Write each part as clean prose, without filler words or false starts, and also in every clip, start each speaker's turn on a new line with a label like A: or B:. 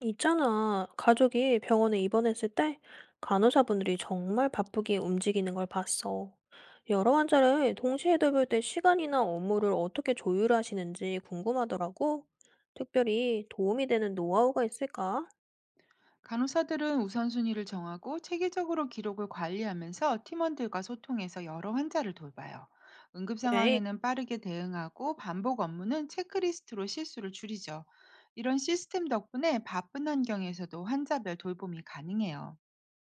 A: 있잖아. 가족이 병원에 입원했을 때 간호사분들이 정말 바쁘게 움직이는 걸 봤어. 여러 환자를 동시에 돌볼 때 시간이나 업무를 어떻게 조율하시는지 궁금하더라고. 특별히 도움이 되는 노하우가 있을까?
B: 간호사들은 우선순위를 정하고 체계적으로 기록을 관리하면서 팀원들과 소통해서 여러 환자를 돌봐요. 응급
A: 그래,
B: 상황에는 빠르게 대응하고 반복 업무는 체크리스트로 실수를 줄이죠. 이런 시스템 덕분에 바쁜 환경에서도 환자별 돌봄이 가능해요.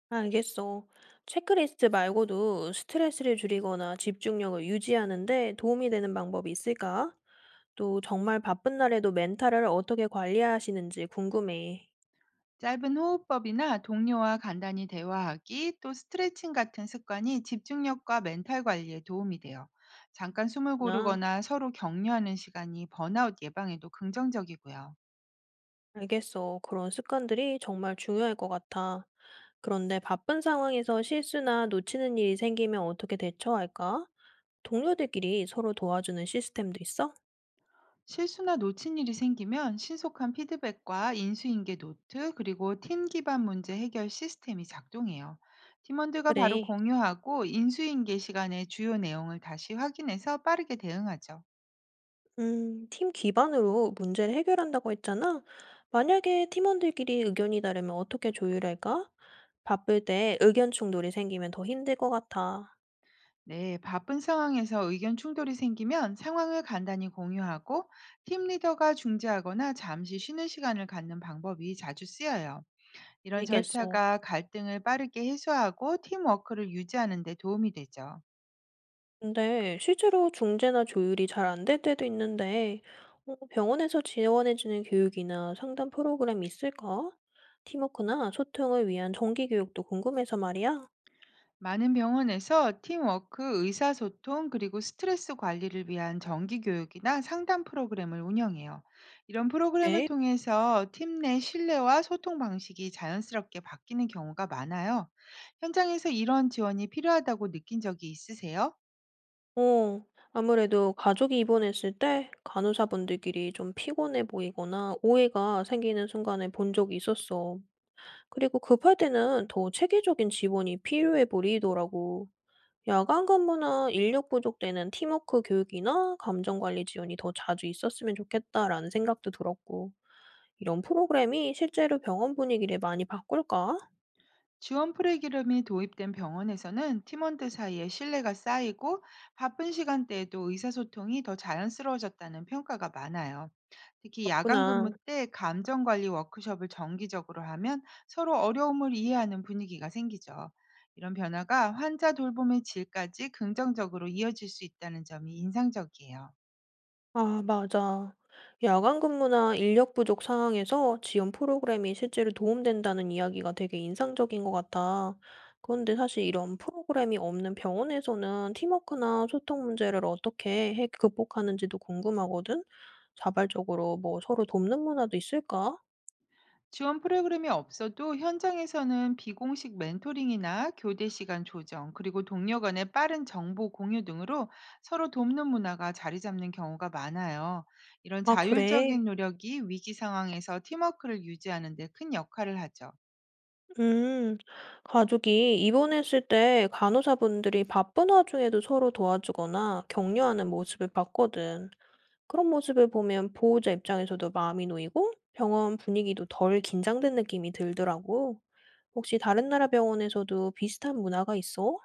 A: 알겠어. 체크리스트 말고도 스트레스를 줄이거나 집중력을 유지하는데 도움이 되는 방법이 있을까? 또 정말 바쁜 날에도 멘탈을 어떻게 관리하시는지 궁금해.
B: 짧은 호흡법이나 동료와 간단히 대화하기, 또 스트레칭 같은 습관이 집중력과 멘탈 관리에 도움이 돼요. 잠깐 숨을
A: 나.
B: 고르거나 서로 격려하는 시간이 번아웃 예방에도 긍정적이고요.
A: 알겠어. 그런 습관들이 정말 중요할 것 같아. 그런데 바쁜 상황에서 실수나 놓치는 일이 생기면 어떻게 대처할까? 동료들끼리 서로 도와주는 시스템도 있어?
B: 실수나 놓친 일이 생기면 신속한 피드백과 인수인계 노트, 그리고 팀 기반 문제 해결 시스템이 작동해요. 팀원들과 바로
A: 그래.
B: 공유하고 인수인계 시간에 주요 내용을 다시 확인해서 빠르게 대응하죠.
A: 팀 기반으로 문제를 해결한다고 했잖아. 만약에 팀원들끼리 의견이 다르면 어떻게 조율할까? 바쁠 때 의견 충돌이 생기면 더 힘들 것 같아.
B: 네, 바쁜 상황에서 의견 충돌이 생기면 상황을 간단히 공유하고 팀 리더가 중재하거나 잠시 쉬는 시간을 갖는 방법이 자주 쓰여요. 이런
A: 알겠어.
B: 절차가 갈등을 빠르게 해소하고 팀워크를 유지하는 데 도움이 되죠.
A: 근데 실제로 중재나 조율이 잘 안될 때도 있는데, 병원에서 지원해주는 교육이나 상담 프로그램이 있을까? 팀워크나 소통을 위한 정기 교육도 궁금해서 말이야.
B: 많은 병원에서 팀워크, 의사소통, 그리고 스트레스 관리를 위한 정기 교육이나 상담 프로그램을 운영해요. 이런 프로그램을
A: 네.
B: 통해서 팀 내 신뢰와 소통 방식이 자연스럽게 바뀌는 경우가 많아요. 현장에서 이런 지원이 필요하다고 느낀 적이 있으세요?
A: 어, 아무래도 가족이 입원했을 때 간호사분들끼리 좀 피곤해 보이거나 오해가 생기는 순간을 본 적이 있었어. 그리고 급할 때는 더 체계적인 지원이 필요해 보이더라고. 야간 근무나 인력 부족 때는 팀워크 교육이나 감정관리 지원이 더 자주 있었으면 좋겠다라는 생각도 들었고, 이런 프로그램이 실제로 병원 분위기를 많이 바꿀까?
B: 지원 프로그램이 도입된 병원에서는 팀원들 사이에 신뢰가 쌓이고 바쁜 시간대에도 의사소통이 더 자연스러워졌다는 평가가 많아요. 특히 야간
A: 그렇구나.
B: 근무 때 감정 관리 워크숍을 정기적으로 하면 서로 어려움을 이해하는 분위기가 생기죠. 이런 변화가 환자 돌봄의 질까지 긍정적으로 이어질 수 있다는 점이 인상적이에요.
A: 아, 맞아. 야간 근무나 인력 부족 상황에서 지원 프로그램이 실제로 도움된다는 이야기가 되게 인상적인 것 같아. 그런데 사실 이런 프로그램이 없는 병원에서는 팀워크나 소통 문제를 어떻게 해 극복하는지도 궁금하거든? 자발적으로 뭐 서로 돕는 문화도 있을까?
B: 지원 프로그램이 없어도 현장에서는 비공식 멘토링이나 교대 시간 조정, 그리고 동료 간의 빠른 정보 공유 등으로 서로 돕는 문화가 자리 잡는 경우가 많아요. 이런
A: 아, 그래.
B: 자율적인 노력이 위기 상황에서 팀워크를 유지하는 데 큰 역할을 하죠.
A: 음, 가족이 입원했을 때 간호사분들이 바쁜 와중에도 서로 도와주거나 격려하는 모습을 봤거든. 그런 모습을 보면 보호자 입장에서도 마음이 놓이고 병원 분위기도 덜 긴장된 느낌이 들더라고. 혹시 다른 나라 병원에서도 비슷한 문화가 있어?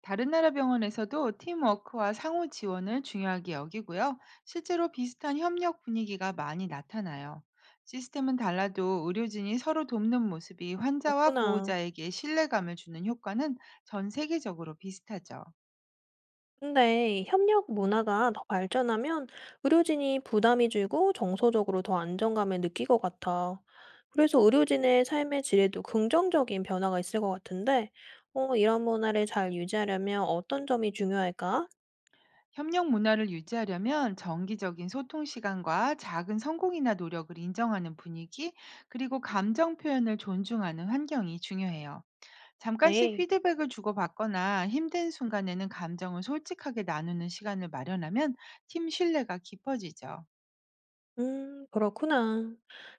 B: 다른 나라 병원에서도 팀워크와 상호 지원을 중요하게 여기고요. 실제로 비슷한 협력 분위기가 많이 나타나요. 시스템은 달라도 의료진이 서로 돕는 모습이 환자와
A: 없구나.
B: 보호자에게 신뢰감을 주는 효과는 전 세계적으로 비슷하죠.
A: 근데 협력 문화가 더 발전하면 의료진이 부담이 줄고 정서적으로 더 안정감을 느낄 것 같아. 그래서 의료진의 삶의 질에도 긍정적인 변화가 있을 것 같은데, 이런 문화를 잘 유지하려면 어떤 점이 중요할까?
B: 협력 문화를 유지하려면 정기적인 소통 시간과 작은 성공이나 노력을 인정하는 분위기, 그리고 감정 표현을 존중하는 환경이 중요해요. 잠깐씩
A: 네.
B: 피드백을 주고받거나 힘든 순간에는 감정을 솔직하게 나누는 시간을 마련하면 팀 신뢰가 깊어지죠.
A: 그렇구나.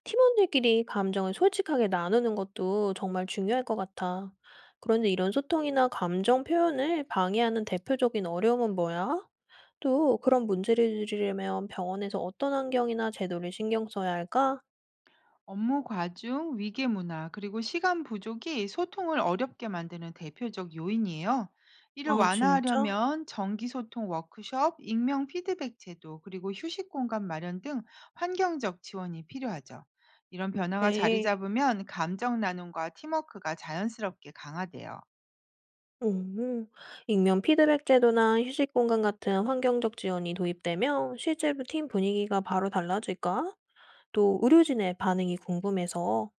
A: 팀원들끼리 감정을 솔직하게 나누는 것도 정말 중요할 것 같아. 그런데 이런 소통이나 감정 표현을 방해하는 대표적인 어려움은 뭐야? 또 그런 문제를 줄이려면 병원에서 어떤 환경이나 제도를 신경 써야 할까?
B: 업무 과중, 위계 문화, 그리고 시간 부족이 소통을 어렵게 만드는 대표적 요인이에요. 이를
A: 아, 진짜?
B: 완화하려면 정기 소통 워크숍, 익명 피드백 제도, 그리고 휴식 공간 마련 등 환경적 지원이 필요하죠. 이런 변화가 자리
A: 그래.
B: 잡으면 감정 나눔과 팀워크가 자연스럽게 강화돼요.
A: 음, 익명 피드백 제도나 휴식 공간 같은 환경적 지원이 도입되면 실제로 팀 분위기가 바로 달라질까? 또 의료진의 반응이 궁금해서.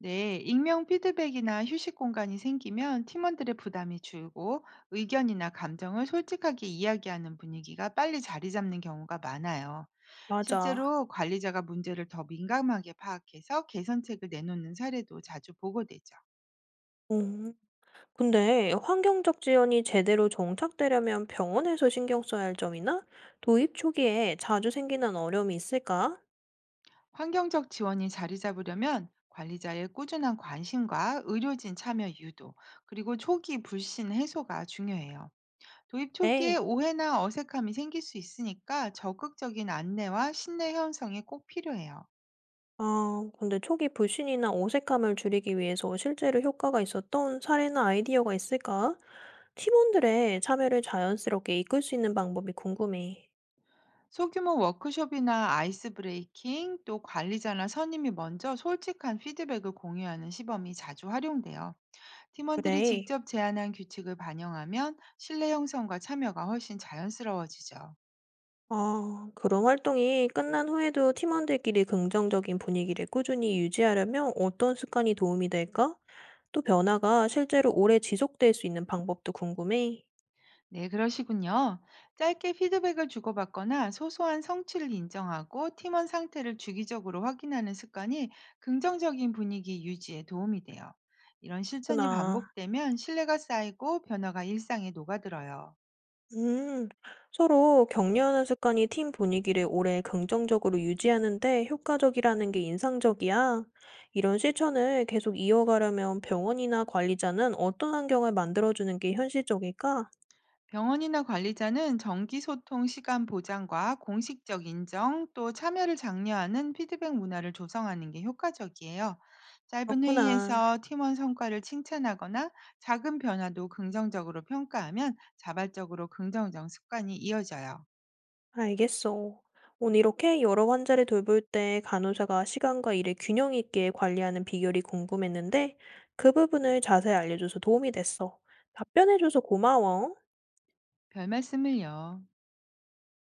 B: 네, 익명 피드백이나 휴식 공간이 생기면 팀원들의 부담이 줄고 의견이나 감정을 솔직하게 이야기하는 분위기가 빨리 자리 잡는 경우가 많아요.
A: 맞아.
B: 실제로 관리자가 문제를 더 민감하게 파악해서 개선책을 내놓는 사례도 자주 보고되죠.
A: 음. 근데 환경적 지연이 제대로 정착되려면 병원에서 신경 써야 할 점이나 도입 초기에 자주 생기는 어려움이 있을까?
B: 환경적 지원이 자리 잡으려면 관리자의 꾸준한 관심과 의료진 참여 유도, 그리고 초기 불신 해소가 중요해요. 도입 초기에
A: 네.
B: 오해나 어색함이 생길 수 있으니까 적극적인 안내와 신뢰 형성이 꼭 필요해요.
A: 아, 근데 초기 불신이나 어색함을 줄이기 위해서 실제로 효과가 있었던 사례나 아이디어가 있을까? 팀원들의 참여를 자연스럽게 이끌 수 있는 방법이 궁금해.
B: 소규모 워크숍이나 아이스 브레이킹, 또 관리자나 선임이 먼저 솔직한 피드백을 공유하는 시범이 자주 활용돼요. 팀원들이
A: 그래.
B: 직접 제안한 규칙을 반영하면 신뢰 형성과 참여가 훨씬 자연스러워지죠.
A: 아, 그런 활동이 끝난 후에도 팀원들끼리 긍정적인 분위기를 꾸준히 유지하려면 어떤 습관이 도움이 될까? 또 변화가 실제로 오래 지속될 수 있는 방법도 궁금해.
B: 네, 그러시군요. 짧게 피드백을 주고받거나 소소한 성취를 인정하고 팀원 상태를 주기적으로 확인하는 습관이 긍정적인 분위기 유지에 도움이 돼요. 이런
A: 그구
B: 실천이
A: 나
B: 반복되면 신뢰가 쌓이고 변화가 일상에 녹아들어요.
A: 음, 서로 격려하는 습관이 팀 분위기를 오래 긍정적으로 유지하는데 효과적이라는 게 인상적이야. 이런 실천을 계속 이어가려면 병원이나 관리자는 어떤 환경을 만들어주는 게 현실적일까?
B: 병원이나 관리자는 정기소통 시간 보장과 공식적 인정 또 참여를 장려하는 피드백 문화를 조성하는 게 효과적이에요. 짧은
A: 그렇구나.
B: 회의에서 팀원 성과를 칭찬하거나 작은 변화도 긍정적으로 평가하면 자발적으로 긍정적 습관이 이어져요.
A: 알겠어. 오늘 이렇게 여러 환자를 돌볼 때 간호사가 시간과 일을 균형 있게 관리하는 비결이 궁금했는데 그 부분을 자세히 알려줘서 도움이 됐어. 답변해줘서 고마워.
B: 별 말씀을요.